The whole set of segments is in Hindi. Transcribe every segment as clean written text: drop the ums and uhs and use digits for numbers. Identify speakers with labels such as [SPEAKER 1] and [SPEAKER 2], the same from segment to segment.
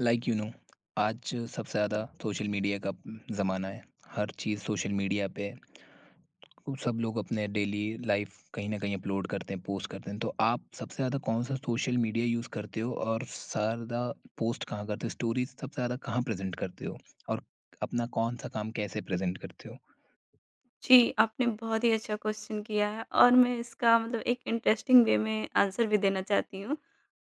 [SPEAKER 1] लाइक यू नो आज सबसे ज़्यादा सोशल मीडिया का ज़माना है। हर चीज़ सोशल मीडिया पे है। तो सब लोग अपने डेली लाइफ कहीं न कहीं अपलोड करते हैं, पोस्ट करते हैं। तो आप सबसे ज़्यादा कौन-सा सोशल मीडिया यूज़ करते हो और ज़्यादा पोस्ट कहाँ करते हो? स्टोरीज़ सबसे ज़्यादा कहाँ प्रेज़ेंट करते हो? और अपना कौन-सा काम कैसे प्रेज़ेंट करते हो?
[SPEAKER 2] जी, आपने बहुत ही अच्छा क्वेश्चन किया है और मैं इसका मतलब एक इंटरेस्टिंग वे में आंसर भी देना चाहती हूँ।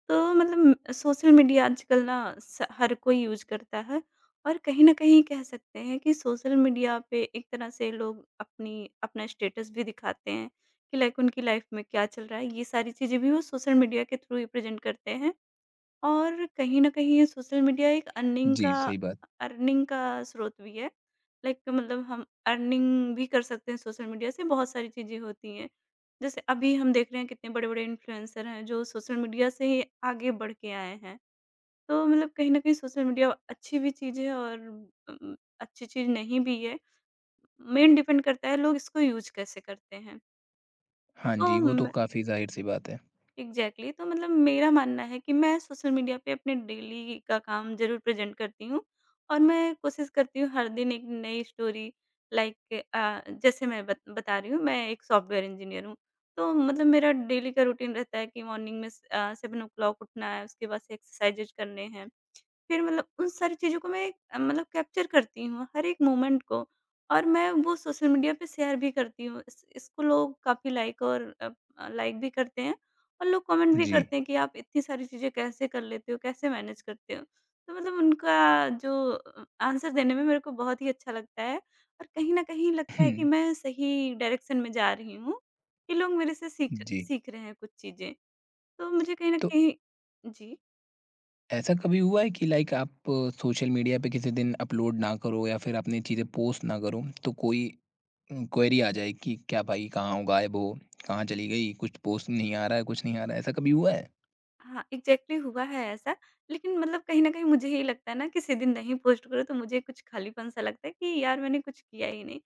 [SPEAKER 2] तो मतलब सोशल मीडिया आजकल ना स हर कोई यूज़ करता है और कहीं न कहीं कह सकते हैं कि सोशल मीडिया पे एक तरह से लोग अपनी अपना स्टेटस भी दिखाते हैं कि लाइक उनकी लाइफ़ में क्या चल रहा है, ये सारी चीज़ें भी वो सोशल मीडिया के थ्रू ही प्रेज़ेंट करते हैं। और कहीं न कहीं ये सोशल मीडिया एक अर्निंग
[SPEAKER 1] जी,
[SPEAKER 2] का
[SPEAKER 1] सही बात।
[SPEAKER 2] अर्निंग का स्रोत भी है। लाइक मतलब हम अर्निंग भी कर सकते हैं सोशल मीडिया से, बहुत सारी चीज़ें होती हैं। जैसे अभी हम देख रहे हैं कितने बड़े-बड़े इन्फ्लुएंसर हैं जो सोशल मीडिया से ही आगे बढ़ के आए हैं। तो मतलब कहीं न कहीं सोशल मीडिया अच्छी भी चीज़ है और अच्छी चीज़ नहीं भी है। मेन डिपेंड करता है लोग इसको यूज़ कैसे करते हैं।
[SPEAKER 1] हाँ
[SPEAKER 2] तो
[SPEAKER 1] जी, वो तो काफ़ी ज़ाहिर-सी बात है।
[SPEAKER 2] एग्जैक्टली. तो मतलब मेरा मानना है कि मैं सोशल मीडिया पे अपने डेली का काम जरूर प्रेजेंट करती हूँ और मैं कोशिश करती हूँ हर दिन एक नई स्टोरी लाइक, जैसे मैं बता रही हूँ मैं एक सॉफ्टवेयर इंजीनियर हूँ। तो मतलब मेरा डेली का रूटीन रहता है कि मॉर्निंग में 7 o'clock उठना है, उसके बाद से एक्सरसाइजेज करने हैं, फिर मतलब उन सारी चीज़ों को मैं मतलब कैप्चर करती हूँ, हर एक मोमेंट को, और मैं वो सोशल मीडिया पे शेयर भी करती हूँ। इस इसको लोग काफ़ी लाइक और लाइक भी करते हैं और लोग कमेंट भी
[SPEAKER 1] जी।
[SPEAKER 2] करते हैं कि आप इतनी सारी चीज़ें कैसे कर लेते हो? कैसे मैनेज करते हो? तो मतलब उनका जो आंसर देने में मेरे को बहुत ही अच्छा लगता है और कहीं न कहीं लगता है कि
[SPEAKER 1] हुँ,
[SPEAKER 2] मैं सही डायरेक्शन में जा रही हूँ, कि लोग मेरे से सीख
[SPEAKER 1] जी।
[SPEAKER 2] सीख रहे हैं कुछ चीज़ें। तो मुझे कहीं न
[SPEAKER 1] तो
[SPEAKER 2] कहीं। जी।
[SPEAKER 1] ऐसा कभी हुआ है कि लाइक आप सोशल मीडिया पे किसी दिन अपलोड ना करो या फिर अपनी चीज़ें पोस्ट ना करो तो कोई क्वेरी आ जाए कि क्या भाई, कहाँ हो, गायब हो, कहाँ चली गई, कुछ पोस्ट नहीं आ रहा है, कुछ नहीं आ रहा है, ऐसा कभी हुआ है?
[SPEAKER 2] हाँ, एग्ज़ैक्टली हुआ है ऐसा, लेकिन मतलब कहीं न कहीं मुझे ये लगता है ना, किसी दिन नहीं पोस्ट करो तो मुझे कुछ खालीपन-सा लगता है कि यार मैंने कुछ किया ही नहीं।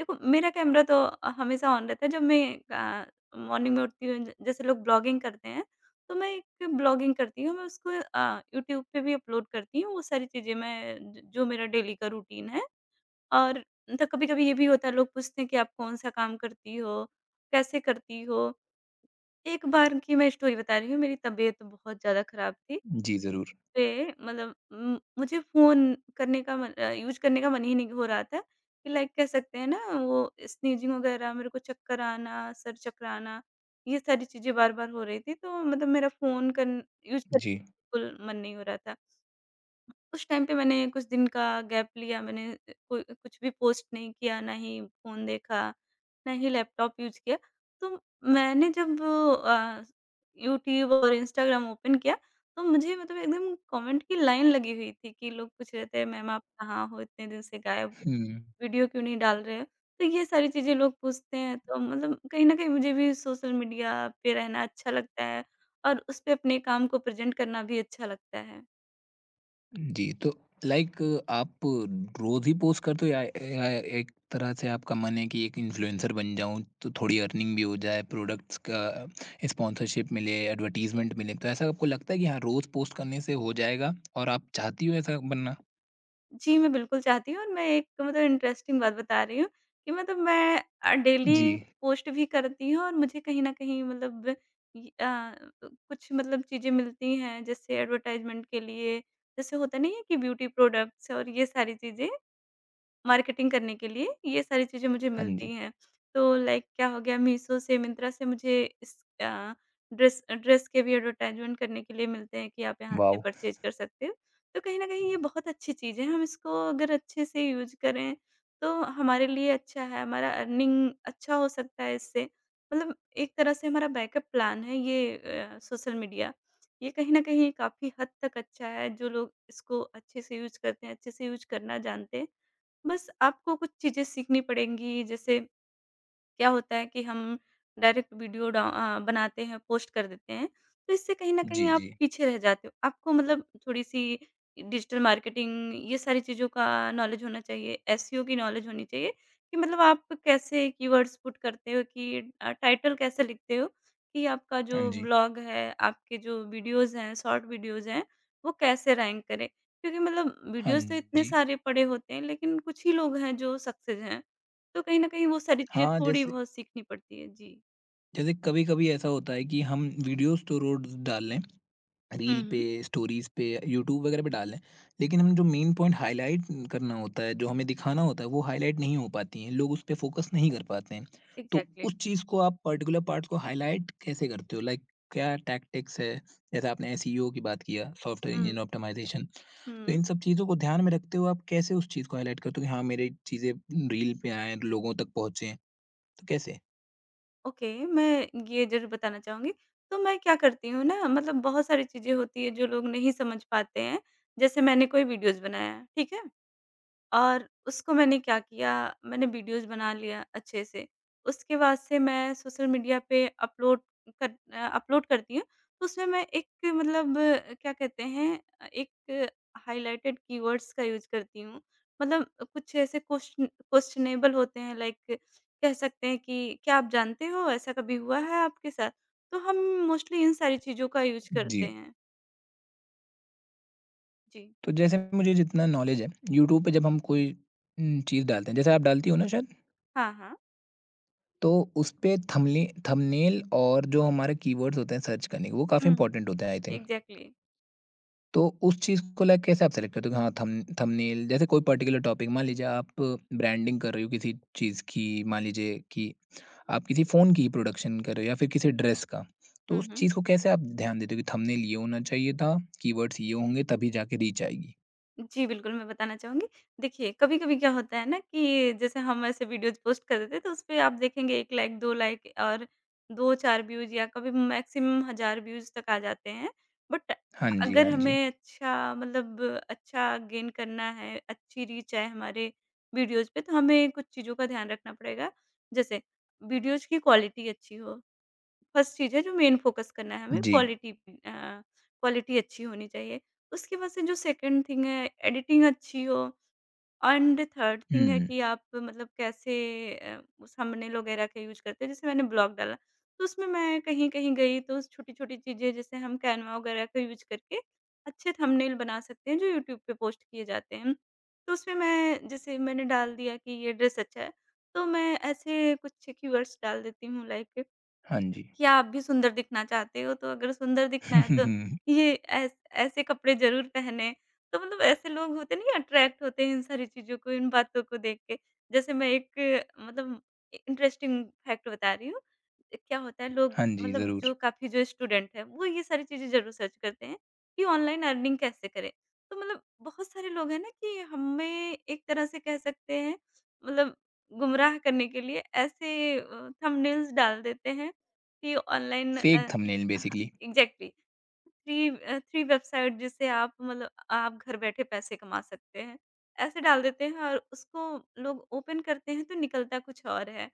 [SPEAKER 2] देखो, मेरा कैमरा तो हमेशा ऑन रहता है, जब मैं मॉर्निंग में उठती हूँ, ज जैसे लोग ब्लॉगिंग करते हैं, तो मैं एक ब्लॉगिंग करती हूँ, मैं उसको यूट्यूब पे भी अपलोड करती हूँ, वो सारी चीज़ें मैं, ज जो मेरा डेली का रूटीन है। और तो कभी-कभी ये भी होता है, लोग पूछते हैं कि आप कौन-सा काम करती हो? कैसे करती हो? एक बार की मैं स्टोरी बता रही हूँ, मेरी तबीयत बहुत ज़्यादा ख़राब थी।
[SPEAKER 1] जी जरूर
[SPEAKER 2] पे मतलब मुझे फ़ोन करने का मन, यूज़ करने का मन ही नहीं हो रहा था, कि लाइक कह सकते हैं ना, वो स्नीज़िंग वग़ैरह, मेरे को चक्कर आना, सर चकराना, ये सारी चीज़ें बार-बार हो रही थी। तो मतलब मेरा फ़ोन कन यूज़ करने
[SPEAKER 1] जी।
[SPEAKER 2] का बिल्कुल मन नहीं हो रहा था। उस टाइम पे मैंने कुछ दिन का गैप लिया, मैंने अ, कु कुछ भी पोस्ट नहीं किया, ना ही फ़ोन देखा, ना ही लैपटॉप यूज़ किया। तो मैंने जब यूट्यूब और इंस्टाग्राम ओपन किया, तो मुझे मतलब एकदम कमेंट की लाइन लगी हुई थी, कि लोग पूछ रहे थे, "मैम आप कहाँ हो? इतने दिन से गायब हो,
[SPEAKER 1] हम्म।
[SPEAKER 2] वीडियो क्यों नहीं डाल रहे हो?" तो ये सारी चीज़ें लोग पूछते हैं, तो मतलब कहीं न कहीं मुझे भी सोशल मीडिया पे रहना अच्छा लगता है और उस पे अपने काम को प्रेज़ेंट करना भी अच्छा लगता है।
[SPEAKER 1] जी, तो लाइक आप रोज़ ही पोस्ट करते हो या एक तरह से आपका मन है कि एक इन्फ्लुएंसर बन जाऊँ, तो थोड़ी अर्निंग भी हो जाए, प्रोडक्ट्स का स्पॉन्सरशिप मिले, एडवर्टाइज़मेंट मिले, तो ऐसा आपको लगता है कि हाँ, रोज़ पोस्ट करने से हो जाएगा और आप चाहती हो ऐसा बनना?
[SPEAKER 2] जी, मैं बिल्कुल चाहती हूँ, और मैं एक मतलब इंटरेस्टिंग बात बता रही हूँ कि मतलब मैं
[SPEAKER 1] जी।
[SPEAKER 2] डेली पोस्ट भी करती हूँ और मुझे कहीं न कहीं मतलब इ अ, कुछ मतलब चीज़ें मिलती हैं, जैसे एडवर्टाइज़मेंट के लिए, जैसे होता नहीं है कि ब्यूटी प्रोडक्ट्स और ये सारी चीज़ें। मार्केटिंग करने के लिए ये सारी चीज़ें मुझे
[SPEAKER 1] हाँ
[SPEAKER 2] मिलती
[SPEAKER 1] जी।
[SPEAKER 2] हैं। तो लाइक क्या हो गया, मीशो से, मिंत्रा से मुझे अ, ड्रेस ड्रेस के भी एडवर्टाइज़मेंट करने के लिए मिलते हैं कि आप यहाँ से
[SPEAKER 1] वॉव!
[SPEAKER 2] परचेज़ कर सकते हो। तो कहीं न कहीं ये बहुत अच्छी चीज़ है, हम इसको अगर अच्छे से यूज़ करें तो हमारे लिए अच्छा है, हमारा अर्निंग अच्छा हो सकता है इससे। मतलब एक तरह से हमारा बैकअप प्लान है ये सोशल मीडिया। ये कहीं न कहीं काफ़ी हद तक अच्छा है, जो लोग इसको अच्छे से यूज़ करते हैं, अच्छे से यूज़ करना जानते हैं। बस आपको कुछ चीज़ें सीखनी पड़ेंगी, जैसे क्या होता है कि हम डायरेक्ट वीडियो बनाते हैं, पोस्ट कर देते हैं, तो इससे कहीं न कहीं
[SPEAKER 1] जी,
[SPEAKER 2] आप
[SPEAKER 1] जी।
[SPEAKER 2] पीछे रह जाते हो। आपको मतलब थोड़ी-सी डिजिटल मार्केटिंग, ये सारी चीज़ों का नॉलेज होना चाहिए, एसईओ की नॉलेज होनी चाहिए कि मतलब आप कैसे कीवर्ड्स पुट करते हो, कि टाइटल कैसे लिखते हो, कि आपका जो
[SPEAKER 1] हाँ जी,
[SPEAKER 2] ब्लॉग है, आपके जो वीडियोज़ हैं, शॉर्ट वीडियोज़ हैं, वो कैसे रैंक करें? क्योंकि मतलब
[SPEAKER 1] हाँ
[SPEAKER 2] वीडियोज़ तो इतने
[SPEAKER 1] जी।
[SPEAKER 2] सारे पड़े होते हैं, लेकिन कुछ ही लोग हैं जो सक्सेस हैं। तो कहीं न कहीं वो सारी चीज़ें
[SPEAKER 1] हाँ, जैसे
[SPEAKER 2] थोड़ी-बहुत सीखनी पड़ती हैं। जी।
[SPEAKER 1] जैसे कभी-कभी ऐसा होता है कि हम वीडियोज़ तो रोज़ डाल लें
[SPEAKER 2] हुँ,
[SPEAKER 1] रील पे,
[SPEAKER 2] हुँ।
[SPEAKER 1] स्टोरीज़ पे, यूट्यूब वगैरह पे डाल रहे हैं। लेकिन हम जो मेन पॉइंट हाइलाइट करना होता है, जो हमें दिखाना होता है, वो हाइलाइट नहीं हो पाती हैं, लोग उस पे फ़ोकस नहीं कर पाते हैं। तो
[SPEAKER 2] एग्ज़ैक्टली।
[SPEAKER 1] उस चीज़ को आप पर्टिकुलर पार्ट्स को हाइलाइट कैसे करते हो? लाइक क्या टैक्टिक्स है? जैसे आपने एसईओ की बात किया, सॉफ्टवेयर
[SPEAKER 2] हुँ।
[SPEAKER 1] Engine optimisation. तो
[SPEAKER 2] हुँ,
[SPEAKER 1] इन सब चीज़ों को ध्यान में रखते हुए आप कैसे उस चीज़ को हाइलाइट करते हो कि हाँ, मेरी चीज़ें रील पे आएँ, लोगों तक पहुँचे? तो कैसे?
[SPEAKER 2] ओके, मैं ये ज़रूर बताना चाहूँगी। तो मैं क्या करती हूँ ना, मतलब बहुत सारी चीज़ें होती हैं जो लोग नहीं समझ पाते हैं। जैसे मैंने कोई वीडियोज़ बनाया, ठीक है? और उसको मैंने क्या किया, मैंने वीडियोज़ बना लिया अच्छे से। उसके बाद से मैं सोशल मीडिया पे अपलोड करती हूँ। तो उसमें मैं एक मतलब क्या कहते हैं, एक हाइलाइटेड कीवर्ड्स का यूज़ करती हूँ। मतलब कुछ ऐसे क्वेश्चनेबल होते हैं, लाइक कह सकते हैं कि क्या आप जानते हो? ऐसा कभी हुआ है आपके साथ? तो हम मोस्टली इन सारी चीज़ों का यूज़ करते
[SPEAKER 1] जी।
[SPEAKER 2] हैं। जी।
[SPEAKER 1] तो जैसे मुझे जितना नॉलेज है, यूट्यूब पे जब हम कोई चीज़ डालते हैं, जैसे आप डालती हो ना शायद?
[SPEAKER 2] हाँ, हाँ।
[SPEAKER 1] तो उसपे थंबनेल और जो हमारे कीवर्ड्स होते हैं सर्च करने के, वो काफ़ी
[SPEAKER 2] हुँ,
[SPEAKER 1] इम्पोर्टेंट होते हैं आई थिंक।
[SPEAKER 2] एग्ज़ैक्टली।
[SPEAKER 1] तो उस चीज़ को लाइक कैसे आप सेलेक्ट करते हो कि हाँ, थंबनेल जैसे कोई पर्टिकुलर टॉपिक मान लीजिए आप ब्रांडिंग कर रहे हो किसी चीज़ की, मान लीजिए कि आप किसी फ़ोन की प्रोडक्शन कर रहे हो या फिर किसी ड्रेस का, तो
[SPEAKER 2] हुँ,
[SPEAKER 1] उस
[SPEAKER 2] हुँ।
[SPEAKER 1] चीज़ को कैसे आप ध्यान देते हो कि थंबनेल ये होना चाहिए था, कीवर्ड्स ये होंगे तभी जाके रीच आएगी?
[SPEAKER 2] जी, बिल्कुल, मैं बताना चाहूँगी। देखिए, कभी-कभी क्या होता है ना, कि जैसे हम ऐसे वीडियोज़ पोस्ट कर देते हैं, तो उसपे आप देखेंगे 1 लाइक, 2 लाइक और 2-4 व्यूज़, या कभी मैक्सिमम 1000 व्यूज़ तक आ जाते हैं। बट
[SPEAKER 1] हाँ जी,
[SPEAKER 2] अगर
[SPEAKER 1] हाँ जी।
[SPEAKER 2] हमें अच्छा गेन करना है, अच्छी रीच आए हमारे वीडियोज़ पे, तो हमें कुछ चीज़ों का ध्यान रखना पड़ेगा। जैसे, वीडियोज़ की क्वालिटी अच्छी हो। फर्स्ट चीज़ है जो मेन फ़ोकस करना है हमें,
[SPEAKER 1] जी।
[SPEAKER 2] क्वालिटी, अ, क्वालिटी अच्छी होनी चाहिए। उसके बाद से जो सेकंड थिंग है, एडिटिंग अच्छी हो, एंड थर्ड थिंग है
[SPEAKER 1] हुँ।
[SPEAKER 2] कि आप मतलब कैसे अ, थंबनेल वगैरह का यूज़ करते हैं। जैसे मैंने ब्लॉग डाला, तो उसमें मैं कहीं-कहीं गई, तो छोटी-छोटी चीज़ें जैसे हम कैनवा वगैरह का यूज़ करके अच्छे थंबनेल बना सकते हैं, जो यूट्यूब पे पोस्ट किए जाते हैं। तो उसमें मैं जैसे मैंने डाल दिया कि ये ड्रेस अच्छा है, तो मैं ऐसे कुछ कीवर्ड्स डाल देती हूँ, लाइक
[SPEAKER 1] हाँ जी।
[SPEAKER 2] कि आप भी सुंदर दिखना चाहते हो, तो अगर सुंदर दिखना है तो ये ऐस ऐसे कपड़े ज़रूर पहने। तो मतलब ऐसे लोग होते नहीं, अट्रैक्ट होते हैं इन सारी चीज़ों को, इन बातों को देख के। जैसे मैं एक मतलब इंटरेस्टिंग फैक्ट बता रही हूँ। क्या होता है, लोग
[SPEAKER 1] हाँ जी,
[SPEAKER 2] मतलब
[SPEAKER 1] ज़रूर।
[SPEAKER 2] जो काफ़ी, जो स्टूडेंट हैं, वो ये सारी चीज़ें ज़रूर सर्च करते हैं कि ऑनलाइन अर्निंग कैसे करें। तो मतलब बहुत सारे लोग हैं ना, कि हमें एक तरह से कह सकते हैं मतलब गुमराह करने के लिए ऐसे थंबनेल्स डाल देते हैं, थ्री ऑनलाइन।
[SPEAKER 1] फेक थंबनेल
[SPEAKER 2] हाँ,
[SPEAKER 1] बेसिकली।
[SPEAKER 2] एग्ज़ैक्टली। थ्री वेबसाइट जिससे आप मतलब आप घर बैठे पैसे कमा सकते हैं। ऐसे डाल देते हैं और उसको लोग ओपन करते हैं तो निकलता कुछ और है।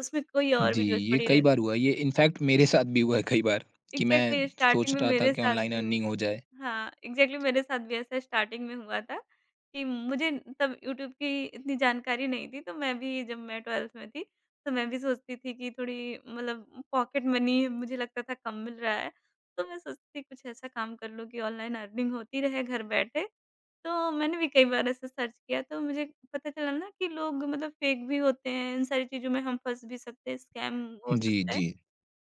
[SPEAKER 2] उसमें कोई और
[SPEAKER 1] जी,
[SPEAKER 2] वीडियोज़
[SPEAKER 1] ये
[SPEAKER 2] पड़ी
[SPEAKER 1] कई बार
[SPEAKER 2] रहती हैं।
[SPEAKER 1] हुआ है, ये इनफैक्ट मेरे साथ भी हुआ है कई बार, कि मैं
[SPEAKER 2] एग्ज़ैक्टली, स्टार्टिंग
[SPEAKER 1] सोच
[SPEAKER 2] में
[SPEAKER 1] रहा था
[SPEAKER 2] मेरे
[SPEAKER 1] कि
[SPEAKER 2] साथ
[SPEAKER 1] ऑनलाइन
[SPEAKER 2] भी हुआ।
[SPEAKER 1] अर्निंग हो जाए।
[SPEAKER 2] हाँ, एग्ज़ैक्टली, मेरे साथ भी ऐसा स्टार्टिंग में हुआ था कि मुझे, तब यूट्यूब की इतनी जानकारी नहीं थी, तो मैं भी जब मैं 12th में थी, तो मैं भी सोचती थी कि थोड़ी मतलब पॉकेट मनी मुझे लगता था कम मिल रहा है, तो मैं सोचती थी कुछ ऐसा काम कर लूँ कि ऑनलाइन अर्निंग होती रहे घर बैठे। तो मैंने भी कई बार ऐसे सर्च किया, तो मुझे पता चला ना कि लोग मतलब फ़ेक भी होते हैं, इन सारी चीज़ों में हम फँस भी सकते हैं, स्कैम हो
[SPEAKER 1] जी,
[SPEAKER 2] सकता है।
[SPEAKER 1] जी।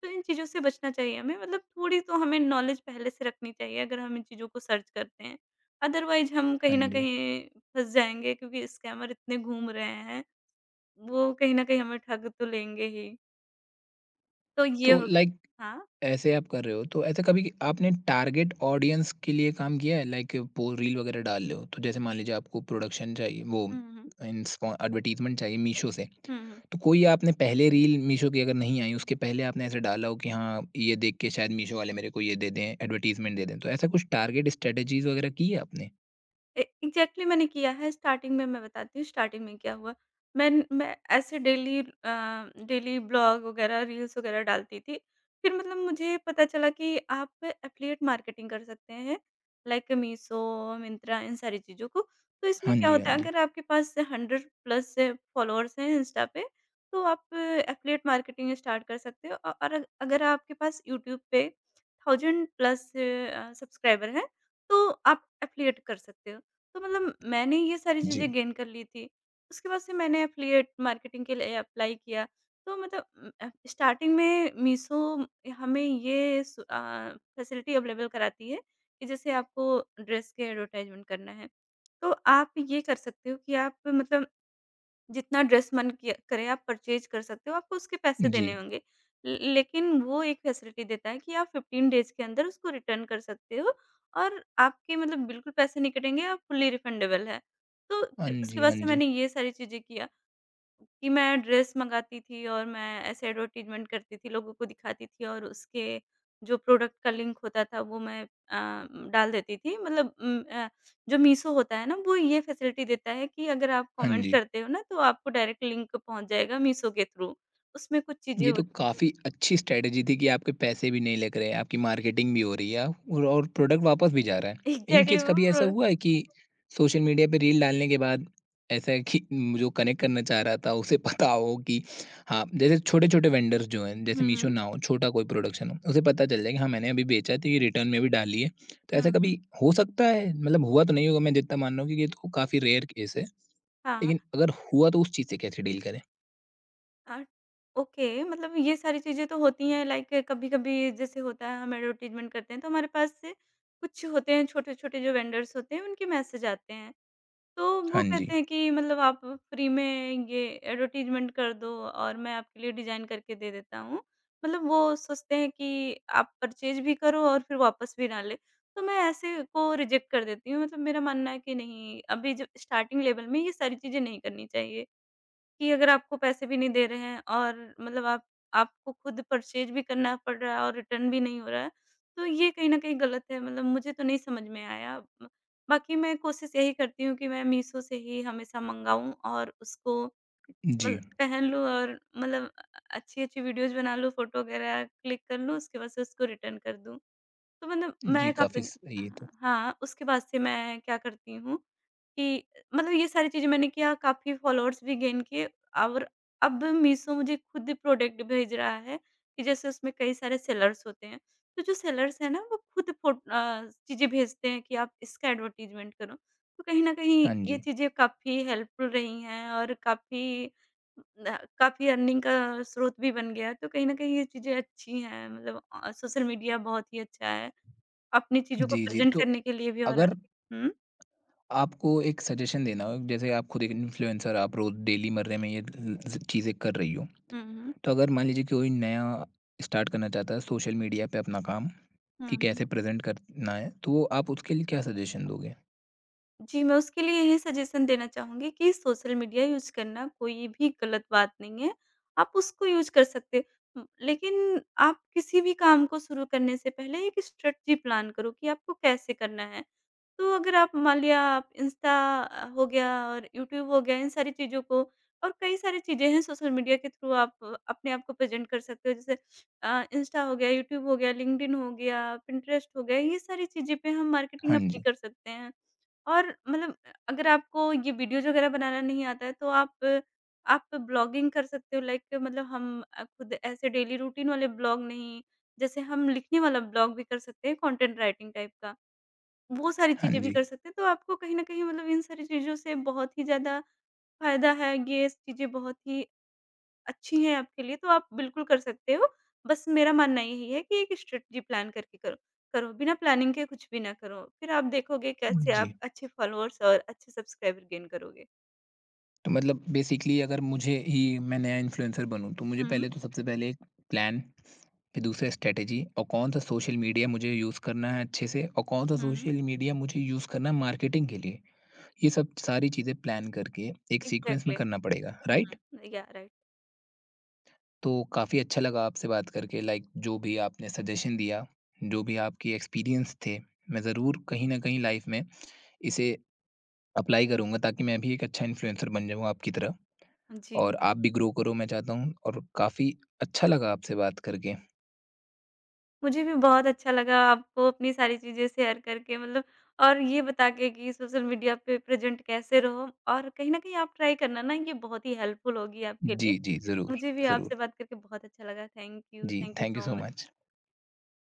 [SPEAKER 2] तो इन चीज़ों से बचना चाहिए हमें, मतलब थोड़ी तो हमें नॉलेज पहले से रखनी चाहिए अगर हम इन चीज़ों को सर्च करते हैं। अदरवाइज़ हम
[SPEAKER 1] हाँ
[SPEAKER 2] कहीं न
[SPEAKER 1] जी।
[SPEAKER 2] कहीं फँस जाएँगे, क्योंकि स्कैमर इतने घूम रहे हैं, वो कहीं न कहीं हमें ठग तो लेंगे ही। तो ये
[SPEAKER 1] तो
[SPEAKER 2] हो।
[SPEAKER 1] लाइक
[SPEAKER 2] हाँ।
[SPEAKER 1] ऐसे आप कर रहे हो, तो ऐसे कभी आपने टारगेट ऑडियंस के लिए काम किया है? लाइक पो रील वगैरह डाल रहे हो, तो जैसे मान लीजिए आपको प्रोडक्शन चाहिए वो
[SPEAKER 2] हुँ, हुँ।
[SPEAKER 1] इन स्पॉ एडवर्टाइज़मेंट चाहिए मीशो से,
[SPEAKER 2] हुँ, हुँ।
[SPEAKER 1] तो कोई आपने पहले रील मीशो की अगर नहीं आई, उसके पहले आपने ऐसे डाला हो कि हाँ, ये देख के शायद मीशो वाले मेरे को ये दे दें, एडवर्टाइज़मेंट दे दें, तो ऐसा कुछ टारगेट स्ट्रैटेजीज़ वगैरह की है आपने?
[SPEAKER 2] ए एग्ज़ैक्टली, मैंने किया है स्टार्टिंग में, मैं बताती हूँ स्टार्टिंग में क्या हुआ। मैं मैं ऐसे डेली ब्लॉग वग़ैरह, रील्स वग़ैरह डालती थी। फिर मतलब मुझे पता चला कि आप एफ़िलिएट मार्केटिंग कर सकते हैं, लाइक मीशो, मिंत्रा इन सारी चीज़ों को। तो इसमें
[SPEAKER 1] हाँ
[SPEAKER 2] क्या
[SPEAKER 1] जी, हाँ
[SPEAKER 2] होता है,
[SPEAKER 1] जी।
[SPEAKER 2] अगर आपके पास 100 प्लस फ़ॉलोअर्स हैं इंस्टा पे तो आप एफ़िलिएट मार्केटिंग स्टार्ट कर सकते हो, औ और अगर आपके पास यूट्यूब पे 1000 प्लस सब्सक्राइबर हैं तो आप एफ़िलिएट कर सकते हो। तो मतलब मैंने ये सारी
[SPEAKER 1] जी,
[SPEAKER 2] चीज़ें गेन कर ली थी। उसके बाद से मैंने एफ़िलिएट मार्केटिंग के लिए अप्लाई किया। तो मतलब स्टार्टिंग में मीशो हमें ये फैसिलिटी अवेलेबल कराती है कि जैसे आपको ड्रेस के एडवर्टाइज़मेंट करना है, तो आप ये कर सकते हो कि आप मतलब जितना ड्रेस मन किया करे आप परचेज़ कर सकते हो, आपको उसके पैसे
[SPEAKER 1] जी।
[SPEAKER 2] देने होंगे। ल लेकिन वो एक फैसिलिटी देता है कि आप 15 डेज़ के अंदर उसको रिटर्न कर सकते हो और आपके मतलब बिल्कुल पैसे नहीं कटेंगे, आप फुल्ली रिफंडेबल है। तो
[SPEAKER 1] हाँ
[SPEAKER 2] फिर उसके
[SPEAKER 1] जी,
[SPEAKER 2] बाद
[SPEAKER 1] हाँ
[SPEAKER 2] से
[SPEAKER 1] जी,
[SPEAKER 2] मैंने ये सारी चीज़ें किया। कि मैं ड्रेस मंगाती थी और मैं ऐसे एडवर्टाइज़मेंट करती थी, लोगों को दिखाती थी और उसके जो प्रोडक्ट का लिंक होता था वो मैं डाल देती थी। मतलब जो मीशो होता है ना वो ये फैसिलिटी देता है कि अगर आप
[SPEAKER 1] हाँ
[SPEAKER 2] कमेंट
[SPEAKER 1] जी।
[SPEAKER 2] करते हो ना तो आपको डायरेक्ट लिंक पहुँच जाएगा मीशो के थ्रू। उसमें कुछ चीज़ें
[SPEAKER 1] ये तो
[SPEAKER 2] होत
[SPEAKER 1] काफ़ी अच्छी स्ट्रैटेजी थी कि आपके पैसे भी नहीं लग रहे हैं, आपकी मार्केटिंग भी हो रही है और प्रोडक्ट वापस भी जा रहा है। इन
[SPEAKER 2] एग्ज़ैक्टली
[SPEAKER 1] केस
[SPEAKER 2] वो
[SPEAKER 1] कभी ऐसा
[SPEAKER 2] प्रो
[SPEAKER 1] हुआ है कि सोशल मीडिया पे रील डालने के बाद ऐसा है कि जो कनेक्ट करना चाह रहा था उसे पता हो कि हाँ, जैसे छोटे-छोटे वेंडर्स जो हैं, जैसे
[SPEAKER 2] हुँ,
[SPEAKER 1] मीशो
[SPEAKER 2] हुँ।
[SPEAKER 1] ना हो, छोटा कोई प्रोडक्शन हो, उसे पता चल जाए कि हाँ, मैंने अभी बेचा है तो ये रिटर्न में भी डाली है। तो
[SPEAKER 2] हुँ,
[SPEAKER 1] ऐसा
[SPEAKER 2] हुँ।
[SPEAKER 1] कभी हो सकता है? मतलब हुआ तो नहीं होगा मैं जितना मान रहा हूँ क्योंकि ये तो काफ़ी रेयर केस है।
[SPEAKER 2] हाँ, हाँ।
[SPEAKER 1] लेकिन अगर हुआ तो उस चीज़ से कैसे डील करें?
[SPEAKER 2] अ, ओके, मतलब ये सारी चीज़ें तो होती हैं लाइक कभी-कभी जैसे होता है हम एडवर्टाइज़मेंट करते हैं तो हमारे पास से कुछ होते हैं छोटे-छोटे जो वेंडर्स होते हैं उनके मैसेज आते हैं। तो वो
[SPEAKER 1] हाँ जी।
[SPEAKER 2] कहते हैं कि मतलब आप फ्री में ये एडवर्टाइज़मेंट कर दो और मैं आपके लिए डिज़ाइन करके दे देता हूँ। मतलब वो सोचते हैं कि आप परचेज़ भी करो और फिर वापस भी ना लें। तो मैं ऐसे को रिजेक्ट कर देती हूँ मतलब मेरा मानना है कि नहीं अभी जब स्टार्टिंग लेवल में ये सारी चीज़ें नहीं करनी चाहिए। कि अगर आपको पैसे भी नहीं दे रहे हैं और मतलब आप आपको खुद परचेज़ भी करना पड़ रहा है और रिटर्न भी नहीं हो रहा है, तो ये कहीं न कहीं गलत है मतलब मुझे तो नहीं समझ में आया। म बाकी मैं कोशिश यही करती हूँ कि मैं मीशो से ही हमेशा मँगाऊँ और उसको मतलब
[SPEAKER 1] जी।
[SPEAKER 2] पहन लूँ और मतलब अच्छी-अच्छी वीडियोज़ बना लूँ, फ़ोटो वगैरह क्लिक कर लूँ, उसके बाद से उसको रिटर्न कर दूँ। तो मतलब
[SPEAKER 1] जी,
[SPEAKER 2] मैं काफ़ी।
[SPEAKER 1] काफ़ी सही है ये तो।
[SPEAKER 2] हाँ, हाँ, उसके बाद से मैं क्या करती हूँ कि मतलब ये सारी चीज़ें मैंने किया, काफ़ी फॉलोअर्स भी गेन किए और अब मीशो मुझे खुद प्रोडक्ट भेज रहा है कि जैसे उसमें कई सारे सेलर्स होते हैं, तो जो सेलर्स हैं ना वो खुद चीज़ें भेजते हैं कि आप इसका एडवर्टाइज़मेंट करो। तो कहीं न कहीं
[SPEAKER 1] हाँ
[SPEAKER 2] ये
[SPEAKER 1] जी।
[SPEAKER 2] चीज़ें काफ़ी हेल्पफुल रही हैं और काफ़ी अर्निंग का स्रोत भी बन गया है, तो कहीं न कहीं ये चीज़ें अच्छी हैं मतलब सोशल मीडिया बहुत ही अच्छा है। अपनी चीज़ों को
[SPEAKER 1] जी, जी।
[SPEAKER 2] प्रेज़ेंट
[SPEAKER 1] तो
[SPEAKER 2] करने के लिए भी और।
[SPEAKER 1] अगर
[SPEAKER 2] हुँ,
[SPEAKER 1] आपको एक सजेशन देना हो, जैसे आप खुद एक इन्फ्लुएंसर आप रोज़ डेली मर्रे में ये ज चीज़ें कर रही हो।
[SPEAKER 2] हुँ, हुँ,
[SPEAKER 1] तो अगर मान लीजिए कोई नया स्टार्ट करना चाहता है सोशल मीडिया पे अपना काम,
[SPEAKER 2] हुँ,
[SPEAKER 1] कि
[SPEAKER 2] हुँ।
[SPEAKER 1] कैसे प्रेज़ेंट करना है, तो वो आप उसके लिए क्या सजेशन दोगे?
[SPEAKER 2] जी, मैं उसके लिए यही सजेशन देना चाहूँगी कि सोशल मीडिया यूज़ करना कोई भी गलत बात नहीं है, आप उसको यूज़ कर सकते लेकिन आप किसी भी काम को शुरू करने से पहले एक स्ट्रेटजी प्लान करो कि आपको कैसे करना है। तो अगर आप मान लिया आप इंस्टा हो गया और यूट्यूब हो गया इन सारी चीज़ों को और कई सारी चीज़ें हैं सोशल मीडिया के थ्रू आप अपने आप को प्रेज़ेंट कर सकते हो जैसे इंस्टा हो गया, यूट्यूब हो गया, लिंक्डइन हो गया, पिंटरेस्ट हो गया, ये सारी चीज़ें पे हम मार्केटिंग
[SPEAKER 1] हाँ
[SPEAKER 2] अपनी
[SPEAKER 1] जी।
[SPEAKER 2] कर सकते हैं। और मतलब अगर आपको ये वीडियोज़ वगैरह बनाना नहीं आता है तो आप ब्लॉगिंग कर सकते हो लाइक मतलब हम खुद ऐसे डेली रूटीन वाले ब्लॉग नहीं, जैसे हम लिखने वाला ब्लॉग भी कर सकते हैं कंटेंट राइटिंग टाइप का। वो सारी
[SPEAKER 1] हाँ
[SPEAKER 2] चीज़ें भी
[SPEAKER 1] जी।
[SPEAKER 2] कर सकते हैं, तो आपको कहीं न कहीं मतलब इन सारी चीज़ों से बहुत ही ज़्यादा फ़ायदा है, ये चीज़ें बहुत ही अच्छी हैं आपके लिए, तो आप बिल्कुल कर सकते हो। बस मेरा मानना यही है कि एक स्ट्रैटेजी प्लान करके करो करो, बिना प्लानिंग के कुछ भी ना करो, फिर आप देखोगे कैसे
[SPEAKER 1] जी।
[SPEAKER 2] आप अच्छे फॉलोअर्स और अच्छे सब्सक्राइबर गेन करोगे।
[SPEAKER 1] तो मतलब बेसिकली अगर मुझे ही मैं नया इन्फ्लुएंसर बनूँ, तो मुझे
[SPEAKER 2] हुँ,
[SPEAKER 1] पहले तो सबसे पहले एक प्लान, फिर दूसरा स्ट्रेटेजी और कौन सा सोशल मीडिया मुझे यूज़ करना है अच्छे से और कौन सा
[SPEAKER 2] हुँ।
[SPEAKER 1] सोशल मीडिया मुझे यूज़ करना है मार्केटिंग के लिए। ये सब सारी चीज़ें प्लान करके एक सीक्वेंस में
[SPEAKER 2] एग्ज़ैक्टली।
[SPEAKER 1] करना पड़ेगा, राइट?
[SPEAKER 2] हुँ। या राइट।
[SPEAKER 1] तो काफ़ी अच्छा लगा आपसे बात करके, लाइक जो भी आपने सजेशन दिया, जो भी आपके एक्सपीरियंस थे, मैं ज़रूर कहीं न कहीं लाइफ़ में इसे अप्लाई करूँगा ताकि मैं भी एक अच्छा इन्फ्लुएंसर बन जाऊँ आपकी तरह और
[SPEAKER 2] जी।
[SPEAKER 1] आप भी ग्रो करो मैं चाहता हूँ, और काफ़ी अच्छा लगा आपसे बात करके।
[SPEAKER 2] मुझे भी बहुत अच्छा लगा आपको अपनी सारी चीज़ें शेयर करके मतलब और ये बता के कि सोशल मीडिया पे प्रेज़ेंट कैसे रहो और कहीं न कहीं आप ट्राई करना ना ये बहुत ही हेल्पफुल होगी आपके लिए।
[SPEAKER 1] जी, जी, ज़रूर,
[SPEAKER 2] मुझे भी
[SPEAKER 1] ज़रूर।
[SPEAKER 2] आपसे बात करके बहुत अच्छा लगा।
[SPEAKER 1] जी,
[SPEAKER 2] thank you
[SPEAKER 1] thank you
[SPEAKER 2] so
[SPEAKER 1] so
[SPEAKER 2] much.
[SPEAKER 1] Much.